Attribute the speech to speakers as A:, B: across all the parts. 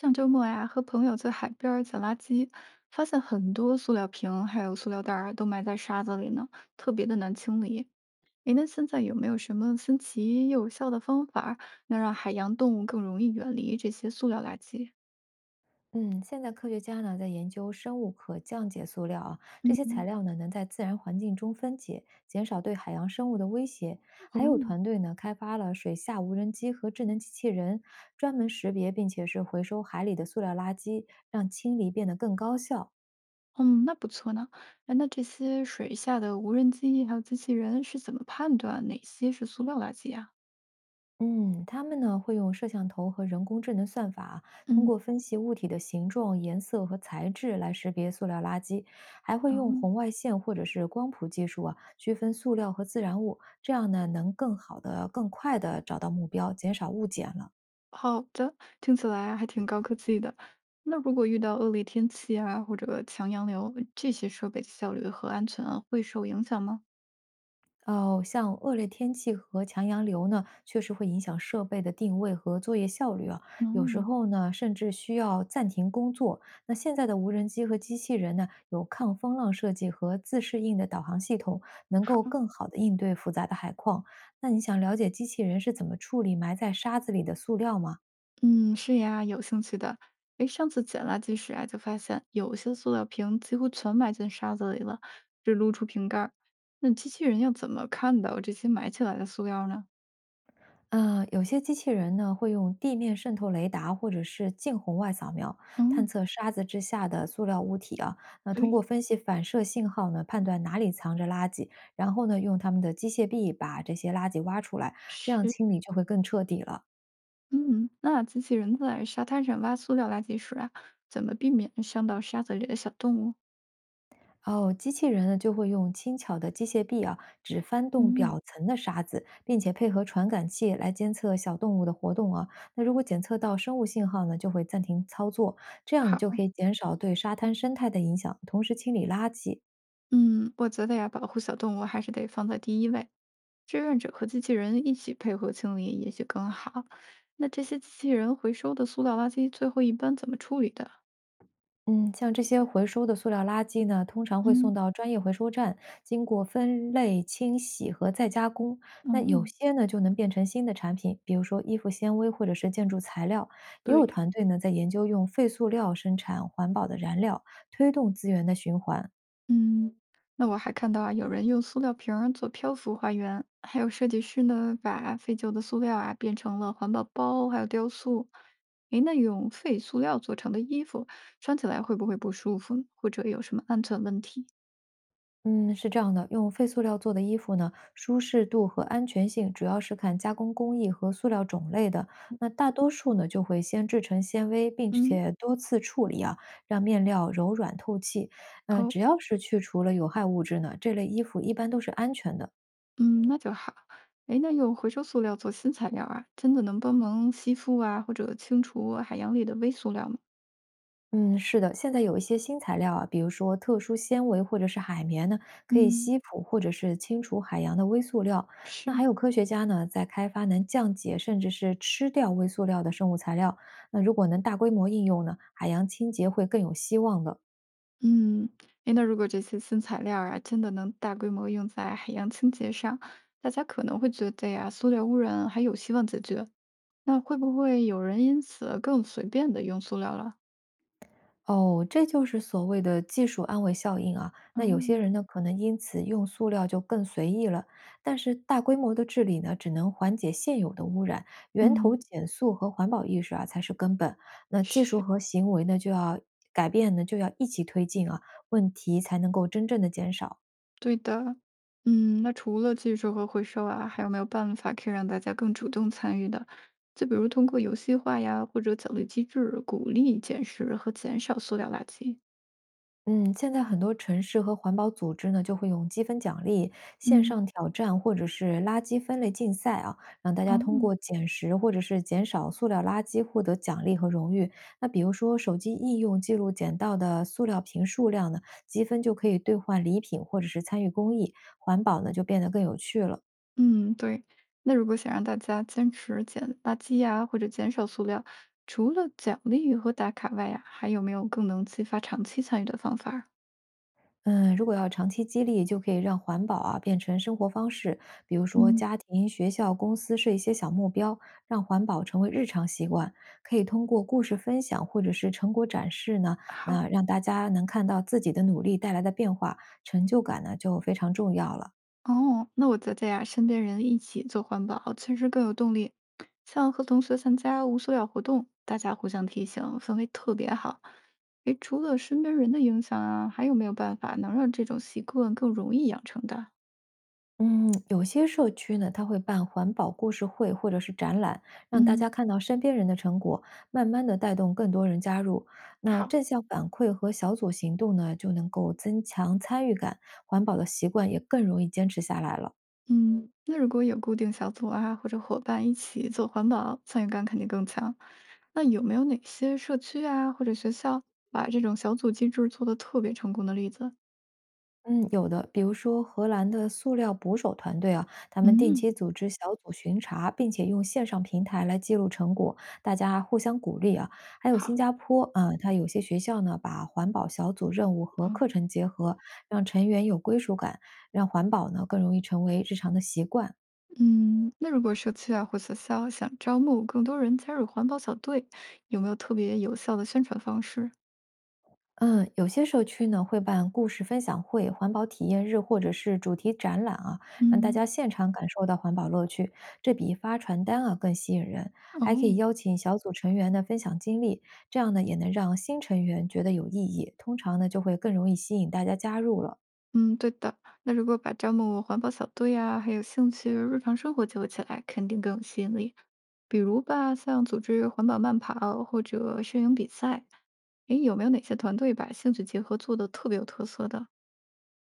A: 上周末呀，和朋友在海边儿捡垃圾，发现很多塑料瓶还有塑料袋儿都埋在沙子里呢，特别的难清理。诶，那现在有没有什么新奇又有效的方法儿能让海洋动物更容易远离这些塑料垃圾？
B: 嗯，现在科学家呢在研究生物可降解塑料啊，这些材
A: 嗯。
B: 料呢能在自然环境中分解，减少对海洋生物的威胁。还有
A: 哦。
B: 团队呢开发了水下无人机和智能机器人，专门识别并且是回收海里的塑料垃圾，让清理变得更高效。
A: 嗯，那不错呢。哎，那这些水下的无人机还有机器人是怎么判断哪些是塑料垃圾呀？
B: 嗯，他们呢会用摄像头和人工智能算法，通
A: 嗯。
B: 过分析物体的形状、颜色和材质来识别塑料垃圾，还会
A: 哦。
B: 用红外线或者是光谱技术啊，区分塑料和自然物，这样呢能更好的、更快的找到目标，减少误检了。
A: 好的，听起来还挺高科技的。那如果遇到恶劣天气啊，或者强洋流，这些设备的效率和安全啊会受影响吗？
B: 哦，像恶劣天气和强洋流呢，确实会影响设备的定位和作业效率啊。有时
A: 嗯。
B: 候呢，甚至需要暂停工作。那现在的无人机和机器人呢，有抗风浪设计和自适应的导航系统，能
A: 好，
B: 够更好的应对复杂的海况。那你想了解机器人是怎么处理埋在沙子里的塑料吗？
A: 嗯，是呀，有兴趣的。诶，上次捡垃圾时啊，就发现有些塑料瓶几乎全埋进沙子里了，只露出瓶盖儿。那机器人要怎么看到这些埋起来的塑料呢？
B: 有些机器人呢会用地面渗透雷达或者是近红外扫描探
A: 嗯。
B: 测沙子之下的塑料物体啊。那通
A: 对。
B: 过分析反射信号呢，判断哪里藏着垃圾，然后呢用他们的机械臂把这些垃圾挖出来，这样
A: 是。
B: 清理就会更彻底了。
A: 嗯，那机器人在沙滩上挖塑料垃圾时啊，怎么避免伤到沙子里的小动物？
B: 哦，机器人呢就会用轻巧的机械臂啊，只翻动
A: 嗯。
B: 表层的沙子，并且配合传感器来监测小动物的活动啊。那如果检测到生物信号呢，就会暂停操作，这样就
A: 好，
B: 可以减少对沙滩生态的影响，同时清理垃圾。
A: 嗯，我觉得呀，保护小动物还是得放在第一位，志愿者和机器人一起配合清理，也许更好。那这些机器人回收的塑料垃圾最后一般怎么处理的？
B: 嗯，像这些回收的塑料垃圾呢，通常会送
A: 嗯。
B: 到专业回收站，经过分类、清洗和再加工。那有
A: 嗯。
B: 些呢，就能变成新的产品，比如说衣服纤维或者是建筑材料。也有
A: 对。
B: 团队呢，在研究用废塑料生产环保的燃料，推动资源的循环。
A: 嗯，那我还看到啊，有人用塑料瓶儿做漂浮花园，还有设计师呢，把废旧的塑料啊变成了环保包，还有雕塑。诶，那用废塑料做成的衣服，穿起来会不会不舒服呢？或者有什么安全问题？
B: 嗯，是这样的，用废塑料做的衣服呢，舒适度和安全性主要是看加工工艺和塑料种类的。那大多数呢，就会先制成纤维，并
A: 嗯。
B: 且多次处理啊，让面料柔软透气。嗯，
A: 哦。
B: 只要是去除了有害物质呢，这类衣服一般都是安全的。
A: 嗯，那就好。哎，那用回收塑料做新材料啊，真的能帮忙吸附啊，或者清除海洋里的微塑料吗？
B: 嗯，是的，现在有一些新材料啊，比如说特殊纤维或者是海绵呢，可以
A: 嗯。
B: 吸附或者是清除海洋的微塑料。那
A: 是。
B: 还有科学家呢，在开发能降解甚至是吃掉微塑料的生物材料。那如果能大规模应用呢，海洋清洁会更有希望的。
A: 嗯。哎，那如果这些新材料啊，真的能大规模用在海洋清洁上，大家可能会觉得呀，塑料污染还有希望解决。那会不会有人因此更随便的用塑料了？
B: 哦，这就是所谓的技术安慰效应啊。
A: 哦。
B: 那有些人呢，可能因此用塑料就更随意了，但是大规模的治理呢，只能缓解现有的污染，源头
A: 嗯。
B: 减塑和环保意识啊才是根本。那技术
A: 是。
B: 和行为呢，就要改变呢，就要一起推进啊，问题才能够真正的减少。
A: 对的，嗯，那除了技术和回收啊，还有没有办法可以让大家更主动参与的？就比如通过游戏化呀，或者奖励机制，鼓励捡拾和减少塑料垃圾。
B: 嗯，现在很多城市和环保组织呢，就会用积分奖励、线
A: 嗯。
B: 上挑战或者是垃圾分类竞赛啊，让大
A: 哦。
B: 家通过捡拾或者是减少塑料垃圾获得奖励和荣誉。那比如说手机应用记录捡到的塑料瓶数量呢，积分就可以兑换礼品或者是参与公益，环保呢就变得更有趣了。
A: 嗯，对。那如果想让大家坚持捡垃圾呀，或者减少塑料，除了奖励和打卡外呀，还有没有更能激发长期参与的方法儿？
B: 嗯，如果要长期激励，就可以让环保啊变成生活方式，比如说
A: 嗯。
B: 家庭、学校、公司设一些小目标，让环保成为日常习惯。可以通过故事分享或者是成果展示呢，
A: 好。
B: 那让大家能看到自己的努力带来的变化，成就感呢就非常重要了。
A: 哦，那我觉得呀，身边人一起做环保，确实更有动力。像和同学参加无塑料活动，大家互相提醒，氛围特别好。诶，除了身边人的影响啊，还有没有办法能让这种习惯更容易养成的？
B: 嗯，有些社区呢，它会办环保故事会或者是展览，让大
A: 嗯。
B: 家看到身边人的成果，慢慢的带动更多人加入。那
A: 好，
B: 正向反馈和小组行动呢，就能够增强参与感，环保的习惯也更容易坚持下来了。
A: 嗯，那如果有固定小组啊，或者伙伴一起做环保，参与感肯定更强。那有没有哪些社区啊，或者学校把这种小组机制做得特别成功的例子？
B: 嗯，有的，比如说荷兰的塑料捕手团队啊，他们定
A: 嗯。
B: 期组织小组巡查，并且用线上平台来记录成果，大家互相鼓励啊。还有新
A: 好。
B: 加坡啊，它有些学校呢，把环保小组任务和课
A: 嗯。
B: 程结合，让成员有归属感，让环保呢更容易成为日常的习惯。
A: 嗯，那如果社区啊或学校想招募更多人加入环保小队，有没有特别有效的宣传方式？
B: 嗯，有些社区呢会办故事分享会、环保体验日或者是主题展览啊，让大
A: 嗯。
B: 家现场感受到环保乐趣，这比发传单啊更吸引人。还可以
A: 哦。
B: 邀请小组成员呢分享经历，这样呢也能让新成员觉得有意义，通常呢就会更容易吸引大家加入了。
A: 嗯，对的。那如果把招募环保小队啊，还有兴趣日常生活结合起来，肯定更有吸引力。比如吧，像组织环保慢跑或者摄影比赛，诶，有没有哪些团队把兴趣结合做得特别有特色的？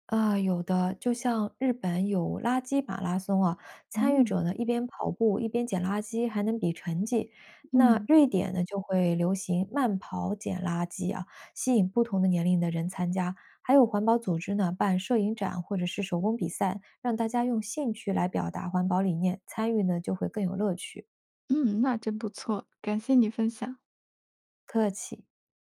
B: 啊，有的，就像日本有垃圾马拉松啊，
A: 哦。
B: 参与者呢一边跑步一边捡垃圾，还能比成绩。那
A: 嗯
B: 瑞典呢就会流行慢跑捡垃圾啊，吸引不同的年龄的人参加。还有环保组织呢办摄影展或者是手工比赛，让大家用兴趣来表达环保理念，参与呢就会更有乐趣。
A: 嗯，那真不错，感谢你分享。
B: 客气。